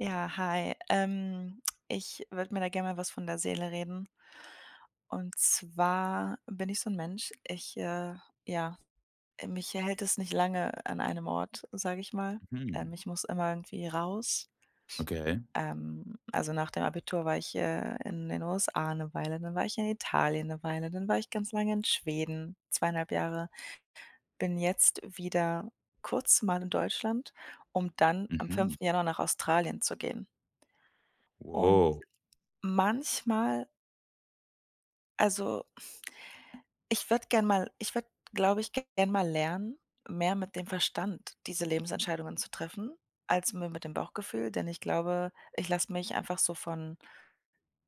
Ja, hi. Ich würde mir da gerne mal was von der Seele reden. Und zwar bin ich so ein Mensch, ja, mich hält es nicht lange an einem Ort, sage ich mal. Hm, Ich muss immer irgendwie raus. okay. Nach dem Abitur war ich, in den USA eine Weile, dann war ich in Italien eine Weile, dann war ich ganz lange in Schweden, 2,5 Jahre. Bin jetzt wieder kurz mal in Deutschland, um dann am Mhm. 5. Januar nach Australien zu gehen. Und Wow. manchmal Also, ich würde glaube ich, gern mal lernen, mehr mit dem Verstand diese Lebensentscheidungen zu treffen, als mi mit dem Bauchgefühl, denn ich glaube, ich lasse mich einfach so von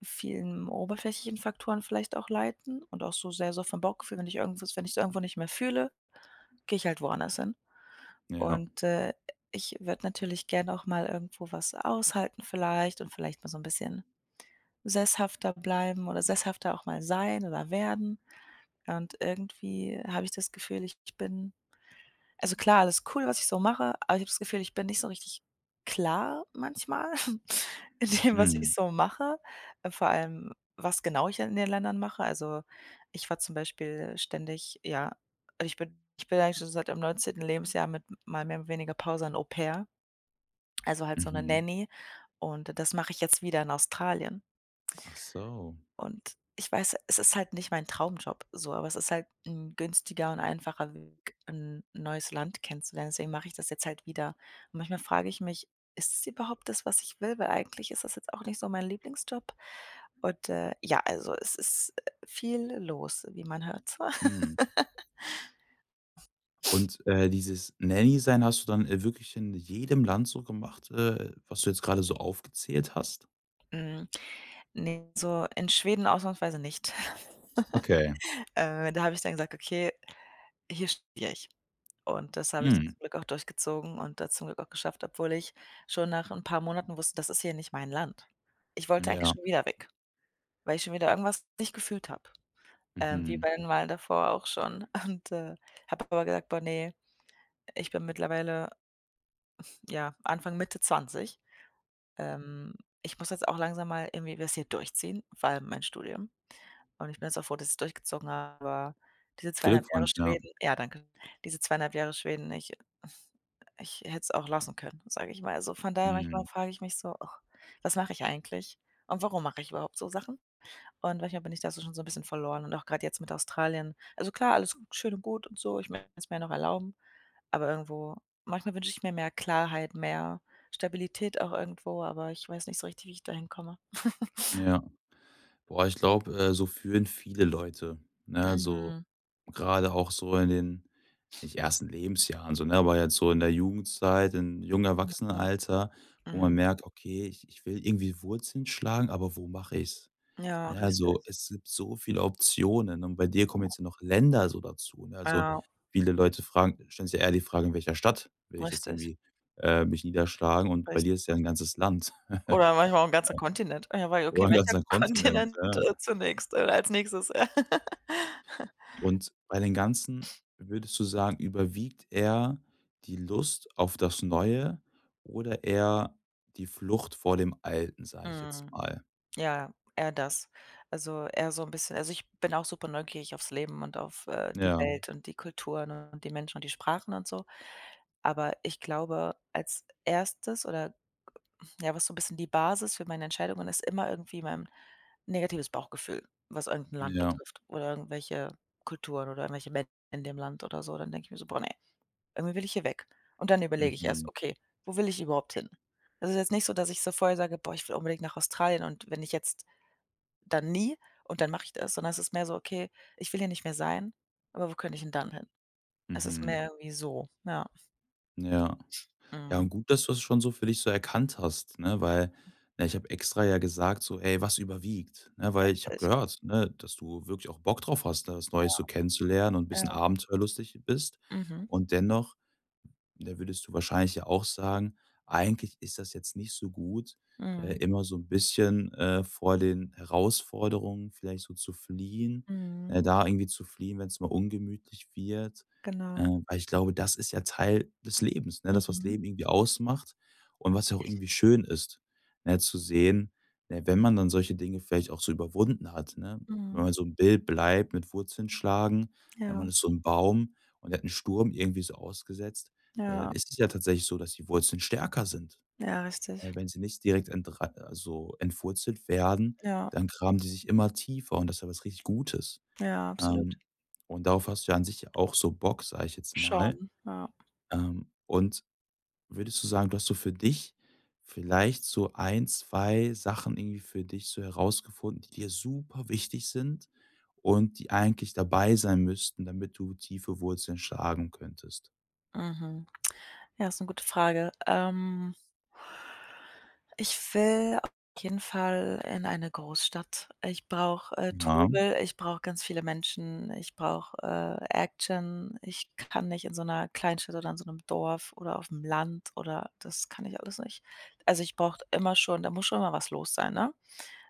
vielen oberflächlichen Faktoren vielleicht auch leiten und auch so sehr so vom Bauchgefühl, wenn ich irgendwas wenn ich's irgendwo nicht mehr fühle, gehe ich halt woanders hin. Ja. Und ich würde natürlich gern auch mal irgendwo was aushalten vielleicht und vielleicht mal so ein bisschen sesshafter bleiben oder sesshafter auch mal sein oder werden. Ja, und irgendwie habe ich das Gefühl, ich bin also klar, alles cool, was ich so mache, aber ich habe das Gefühl, ich bin nicht so richtig klar manchmal in dem, was Mhm. ich so mache, vor allem, was genau ich in den Ländern mache. Also, ich war zum Beispiel ständig ja, also ich bin eigentlich schon seit dem 19. Lebensjahr mit mal mehr oder weniger Pause ein Au pair, also halt so eine Mhm. Nanny, und das mache ich jetzt wieder in Australien. Ach so. Und ich weiß, es ist halt nicht mein Traumjob so, aber es ist halt ein günstiger und einfacher Weg, ein neues Land kennenzulernen. Deswegen mache ich das jetzt halt wieder. Und manchmal frage ich mich: „Ist es überhaupt das, was ich will?“ Weil eigentlich ist das jetzt auch nicht so mein Lieblingsjob. Und es ist, viel los, wie man hört. Mhm. Und, dieses Nanny-Sein hast du dann, wirklich in jedem Land so gemacht, was du jetzt gerade so aufgezählt hast? Hm, ne, so in Schweden ausnahmsweise nicht. Okay. Da habe ich dann gesagt: „Okay, hier studiere ich.“ Und das habe ich zum Mhm. Glück auch durchgezogen und das zum Glück auch geschafft, obwohl ich schon nach 'n paar Monaten wusste, das ist hier nicht mein Land. Ich wollte eigentlich Ja. schon wieder weg, weil ich schon wieder irgendwas nicht gefühlt habe, wie Mhm. bei den Wahlen davor auch schon. Und habe aber gesagt: „Boah, ne, ich bin mittlerweile, ja, Anfang, Mitte 20. Ähm, Ich muss jetzt auch langsam mal irgendwie was hier durchziehen, vor allem mein Studium.“ Und ich bin jetzt auch froh, dass ich's durchgezogen habe, aber diese 2,5 Jahre Glückwunsch, ja. Schweden, ja, danke. Diese zweieinhalb Jahre Schweden, ich Ich hätte es auch lassen können, sage ich mal. Also, von daher, manchmal Mhm. frage ich mich so: „Och, was mache ich eigentlich und warum mache ich überhaupt so Sachen?“ Und manchmal bin ich da so schon so ein bisschen verloren und auch gerade jetzt mit Australien. Also, klar, alles schön und gut und so, ich möchte es mir ja noch erlauben, aber irgendwo manchmal wünsche ich mir mehr Klarheit, mehr Stabilität auch irgendwo, aber ich weiß nicht so richtig, wie ich da hinkomme. Ja. Boah, ich glaube, so fühlen viele Leute, ne? So Mhm. gerade auch so in den nicht ersten Lebensjahren so, ne, aber jetzt so in der Jugendzeit, in jungen Mhm. Erwachsenenalter, wo man Mhm. merkt: „Okay, ich will irgendwie Wurzeln schlagen, aber wo mache ich's?" Ja, Ne, richtig. also, es gibt so viele Optionen und bei dir kommen jetzt ja noch Länder so dazu, ne? Also, Ja, viele Leute fragen stellen sich ja eher die Frage: „In welcher Stadt will ich jetzt richtig, irgendwie, mich niederschlagen?" Und bei dir ist richtig. ja ein ganzes Land Oder manchmal auch 'n ganzer Kontinent. Ja, weil okay, oder ein welcher ganzer Kontinent, Kontinent, ja. Zunächst als nächstes? Und bei den ganzen würdest du sagen, überwiegt eher die Lust auf das Neue oder eher die Flucht vor dem Alten, sage ich Ja. jetzt Mhm. mal? Ja, eher das. Also, eher so 'n bisschen, also, ich bin auch super neugierig aufs Leben und auf, die Ja, Welt und die Kulturen und die Menschen und die Sprachen und so. Aber ich glaube, als erstes oder ja, was so 'n bisschen die Basis für meine Entscheidungen ist, immer irgendwie mein negatives Bauchgefühl, was irgend 'n Land ja, betrifft oder irgendwelche Kulturen oder irgendwelche Menschen in dem Land oder so. Dann denke ich mir so: „Boah, ne.“ Irgendwie will ich hier weg. Und dann überlege ich erst: mhm, „Okay, wo will ich überhaupt hin?“ Das ist jetzt nicht so, dass ich so vorher sage: „Boah, ich will unbedingt nach Australien und wenn ich jetzt, dann nie und dann mache ich das“, sondern es ist mehr so: „Okay, ich will hier nicht mehr sein, aber wo könnte ich denn dann hin?“ Es ist mhm, mehr Okay irgendwie so, ja. ja. Ja, und Mhm. gut, dass du es schon so für dich so erkannt hast, ne, weil, ne, ich habe extra ja gesagt so: „Ey, was überwiegt?" Ne, weil ich habe Richtig. gehört, ne, dass du wirklich auch Bock drauf hast, da was Neues so kennenzulernen und 'n bisschen Ja. abenteuerlustig bist Mhm. und dennoch. Da würdest du wahrscheinlich ja auch sagen: „Eigentlich ist das jetzt nicht so gut, Mhm. immer so ein bisschen, vor den Herausforderungen vielleicht so zu fliehen, Mhm. Da irgendwie zu fliehen, wenn es mal ungemütlich wird." Genau. Weil ich glaube, das ist ja Teil des Lebens, ne? Das, was Mhm. Leben irgendwie ausmacht und was ja auch irgendwie schön ist, ne, zu sehen, ne, wenn man dann solche Dinge vielleicht auch so überwunden hat, ne? Wenn Mhm. man so ein Bild bleibt mit Wurzeln schlagen, wenn man Ja. ist so ein Baum und der hat einen Sturm irgendwie so ausgesetzt, ja, dann Ja. ist es ja tatsächlich so, dass die Wurzeln stärker sind. Ja, richtig. Wenn sie nicht direkt entre also entwurzelt werden, Ja. dann graben die sich immer tiefer und das ist ja was richtig Gutes. Ja, absolut. Ähm, und darauf hast du ja an sich auch so Bock, sage ich jetzt mal. Schon, ja. Und würdest du sagen, du hast so für dich vielleicht so ein, 2 Sachen irgendwie für dich so herausgefunden, die dir super wichtig sind und die eigentlich dabei sein müssten, damit du tiefe Wurzeln schlagen könntest? Mhm. Ja, ist eine gute Frage. Ich will auf jeden Fall in eine Großstadt. Ich brauche, Ja, Trubel, ich brauche ganz viele Menschen, ich brauche, Action. Ich kann nicht in so einer Kleinstadt oder in so einem Dorf oder auf dem Land, oder das kann ich alles nicht. Also, ich brauche immer schon, da muss schon mal was los sein, ne?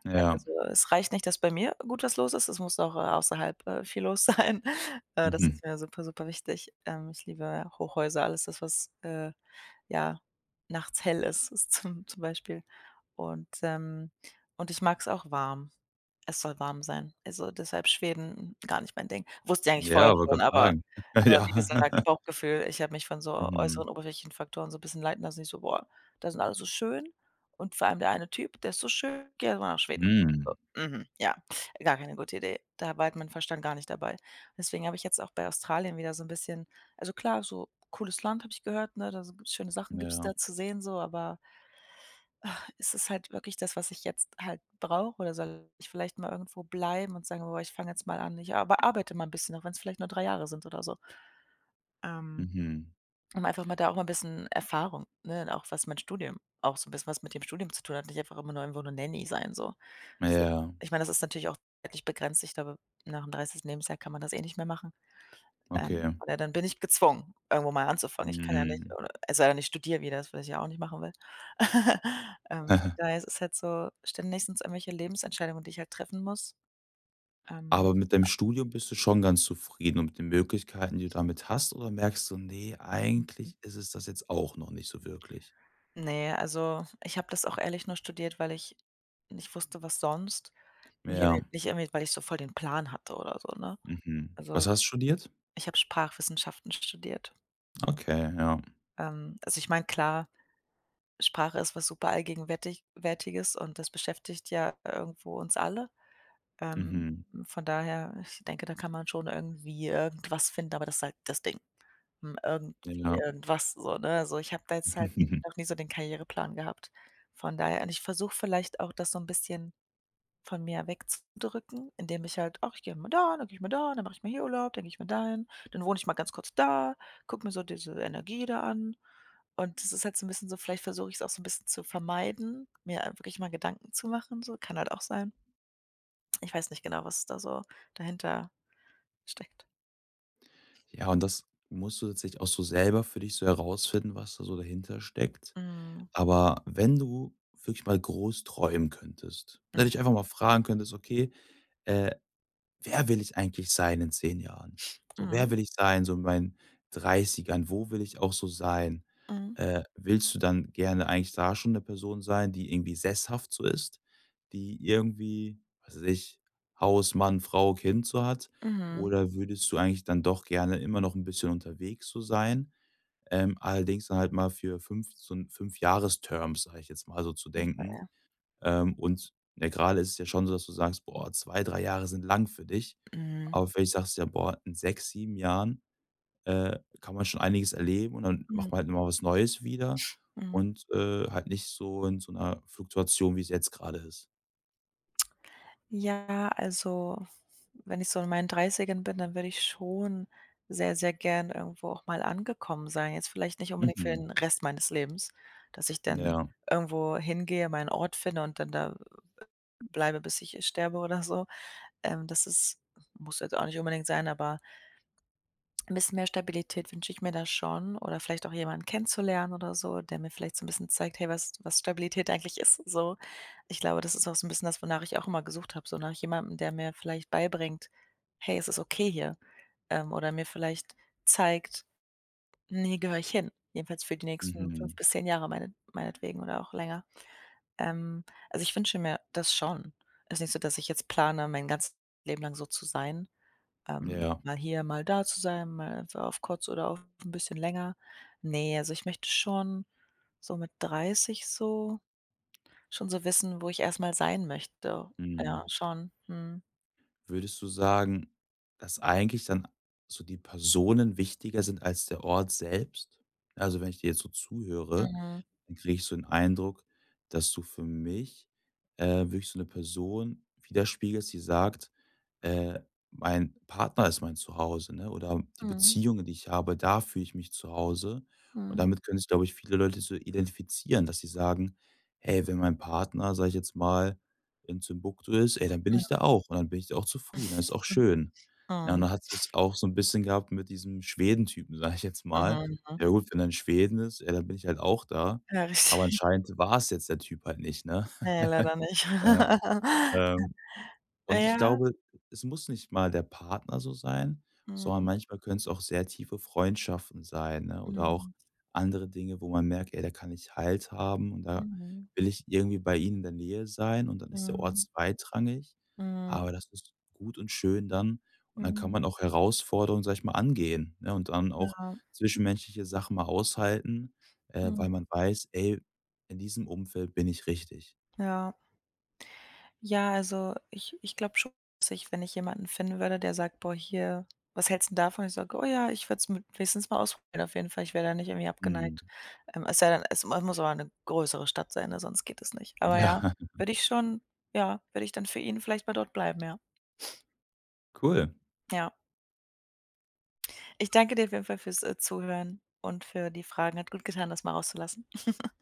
ja. Also, es reicht nicht, dass bei mir gut was los ist, es muss auch, außerhalb, viel los sein. Das Mhm. ist mir super, super wichtig. Ich liebe Hochhäuser, alles das, was, ja, nachts hell ist, ist zum Beispiel. Und, ähm und ich mag es auch warm. Es soll warm sein. Also, deshalb Schweden, gar nicht mein Ding. Wusste ich eigentlich Ja, vorher wollte schon, grad aber, sagen. Wie Ja. gesagt, Bauchgefühl. Ich habe mich von so Mhm. äußeren oberflächlichen Faktoren so 'n bisschen leiten lassen. Ich so: „Boah, da sind alle so schön und vor allem der eine Typ, der ist so schön, geh erst mal nach Schweden.“ Mhm. Mhm, ja, gar keine gute Idee. Da war halt mein Verstand gar nicht dabei. Deswegen habe ich jetzt auch bei Australien wieder so ein bisschen, also klar, so cooles Land, habe ich gehört, ne? Da so gibt's schöne Sachen, gibt's Ja. da zu sehen so, aber ist es halt wirklich das, was ich jetzt halt brauche, oder soll ich vielleicht mal irgendwo bleiben und sagen: „Boah, ich fange jetzt mal an, ich aber arbeite mal ein bisschen, auch wenn es vielleicht nur 3 Jahre sind oder so.“ Ähm Mhm. Um einfach mal da auch mal ein bisschen Erfahrung, ne, und auch was mein Studium auch so ein bisschen, was mit dem Studium zu tun hat, nicht einfach immer nur irgendwo eine Nanny sein so. Das ist Ja, Ich meine, das ist natürlich auch zeitlich begrenzt. Ich glaube, nach dem dreißigsten Lebensjahr kann man das eh nicht mehr machen. Okay. Oder dann bin ich gezwungen, irgendwo mal anzufangen. Ich kann ja nicht Mhm. oder Es sei denn, ich studiere wieder, das was ich ja auch nicht machen will. Von daher ist es halt so, ständig sind's irgendwelche Lebensentscheidungen, die ich halt treffen muss. Ähm, Aber mit deinem Studium bist du schon ganz zufrieden und mit den Möglichkeiten, die du damit hast oder merkst du: nee, eigentlich ist es das jetzt auch noch nicht so wirklich?" ne, also, ich habe das auch ehrlich nur studiert, weil ich nicht wusste, was sonst. Ja. Nicht irgendwie, weil ich so voll den Plan hatte oder so, ne? Mhm. Also, Was hast du studiert? ich habe Sprachwissenschaften studiert. Okay, ja. Also, ich meine, klar, Sprache ist was super allgegenwärtig Wärtiges und das beschäftigt ja irgendwo uns alle. Ähm, Mhm. von daher, ich denke, da kann man schon irgendwie irgendwas finden, aber das ist halt das Ding. Hm, irgendwie Ja. irgendwas so, ne? Also, ich habe da jetzt halt noch nie so den Karriereplan gehabt. Von daher, und ich versuche vielleicht auch das so ein bisschen von mir wegzudrücken, indem ich halt: „Ach, ich gehe mal da, dann gehe ich mal da, dann mache ich mal hier Urlaub, dann gehe ich mal dahin, dann wohne ich mal ganz kurz da, gucke mir so diese Energie da an.“ Und das ist halt so ein bisschen so, vielleicht versuche ich es auch so ein bisschen zu vermeiden, mir wirklich mal Gedanken zu machen, so, kann halt auch sein. Ich weiß nicht genau, was da so dahinter steckt. Ja, und das musst du tatsächlich auch so selber für dich so herausfinden, was da so dahinter steckt? Mhm. Aber wenn du wirklich mal groß träumen könntest, ne, Mhm. dich einfach mal fragen könntest: „Okay, äh, wer will ich eigentlich sein in 10 Jahren? So, wer Mhm. will ich sein, so in meinen Dreißigern? Wo will ich auch so sein?" Mhm. Willst du dann gerne eigentlich da schon eine Person sein, die irgendwie sesshaft so ist, die irgendwie, was weiß ich, Haus, Mann, Frau, Kind so hat? Mhm. Oder würdest du eigentlich dann doch gerne immer noch ein bisschen unterwegs so sein, allerdings dann halt mal für 5 so ein 5-Jahres-Terms sage ich jetzt mal so, zu denken. Und, ne, grade ist es ja schon so, dass du sagst: „Boah, 2, 3 Jahre sind lang für dich." Mhm. Aber vielleicht sagst du ja: „Boah, in 6, 7 Jahren, kann man schon einiges erleben und dann macht man halt Mhm. immer was Neues wieder Mhm. und, halt nicht so in so einer Fluktuation, wie es jetzt gerade ist." Ja, also wenn ich so in meinen Dreißigern bin, dann würde ich schon sehr, sehr gern irgendwo auch mal angekommen sein. Jetzt vielleicht nicht unbedingt für Mhm. den Rest meines Lebens, dass ich dann Ja. irgendwo hingehe, meinen Ort finde und dann da bleibe, bis ich sterbe oder so. Das ist Muss jetzt auch nicht unbedingt sein, aber ein bisschen mehr Stabilität wünsche ich mir da schon, oder vielleicht auch jemanden kennenzulernen oder so, der mir vielleicht so 'n bisschen zeigt: „Hey, was Stabilität eigentlich ist“, so. Ich glaube, das ist auch so 'n bisschen das, wonach ich auch immer gesucht habe, so nach jemandem, der mir vielleicht beibringt: „Hey, es ist okay hier“, oder mir vielleicht zeigt: „Hm, hier gehöre ich hin“, jedenfalls für die nächsten Mhm. 5 bis 10 Jahre meinetwegen oder auch länger. Ähm, also, ich wünsche mir das schon. Ist nicht so, dass ich jetzt plane, mein ganzes Leben lang so zu sein. Ja. Mal hier, mal da zu sein, mal einfach auf kurz oder auf ein bisschen länger. Ne, also ich möchte schon so mit 30 so schon so wissen, wo ich erstmal sein möchte. Ja, Mhm. schon. Mhm. Würdest du sagen, dass eigentlich dann so die Personen wichtiger sind als der Ort selbst? Also, wenn ich dir jetzt so zuhöre, Mhm. dann kriege ich so den Eindruck, dass du für mich, äh, wirklich so eine Person widerspiegelst, die sagt: „Äh, Mein Partner ist mein Zuhause", ne, oder „die Mhm. Beziehungen, die ich habe, da fühle ich mich zu Hause." Und Mhm. damit können sich, glaube ich, viele Leute so identifizieren, dass sie sagen: „Hey, wenn mein Partner, sage ich jetzt mal, in Timbuktu ist, ey, dann bin ich da Mhm. auch und dann bin ich da auch zufrieden, dann ist auch schön." Ja, und Mhm. dann hast es auch so ein bisschen gehabt mit diesem Schwedentypen, sage ich jetzt mal. Mhm. Mhm. Ja gut, wenn er in Schweden ist, ja, dann bin ich halt auch da. Ja, Aber richtig. anscheinend war es jetzt der Typ halt nicht, ne? Ne, leider nicht. Äh, ähm und ich Ja. glaube, es muss nicht mal der Partner so sein, sondern Mhm. manchmal können es auch sehr tiefe Freundschaften sein, ne, oder auch Mhm. andere Dinge, wo man merkt: „Ey, da kann ich Halt haben und da Mhm. will ich irgendwie bei ihnen in der Nähe sein", und dann ist der Ort Mhm. zweitrangig, aber Mhm. das ist gut und schön dann und dann kann Mhm. man auch Herausforderungen, sag ich mal, angehen, ne, und dann auch Ja. zwischenmenschliche Sachen mal aushalten, weil Mhm. man weiß: „Ey, in diesem Umfeld bin ich richtig." Ja. Ja, also ich glaube schon, dass ich, wenn ich jemanden finden würde, der sagt: „Boah, hier, was hältst du davon?“ Ich sage: „Oh ja, ich würde es mit wenigstens mal ausprobieren auf jeden Fall. Ich wäre da nicht irgendwie Mhm. abgeneigt.“ es sei denn, es mu muss aber eine größere Stadt sein, ne, sonst geht es nicht. Aber ja, Ja, würde ich schon, ja, würde ich dann für ihn vielleicht mal dort bleiben, ja. cool. Ja. Ich danke dir auf jeden Fall fürs, Zuhören und für die Fragen. Hat gut getan, das mal rauszulassen.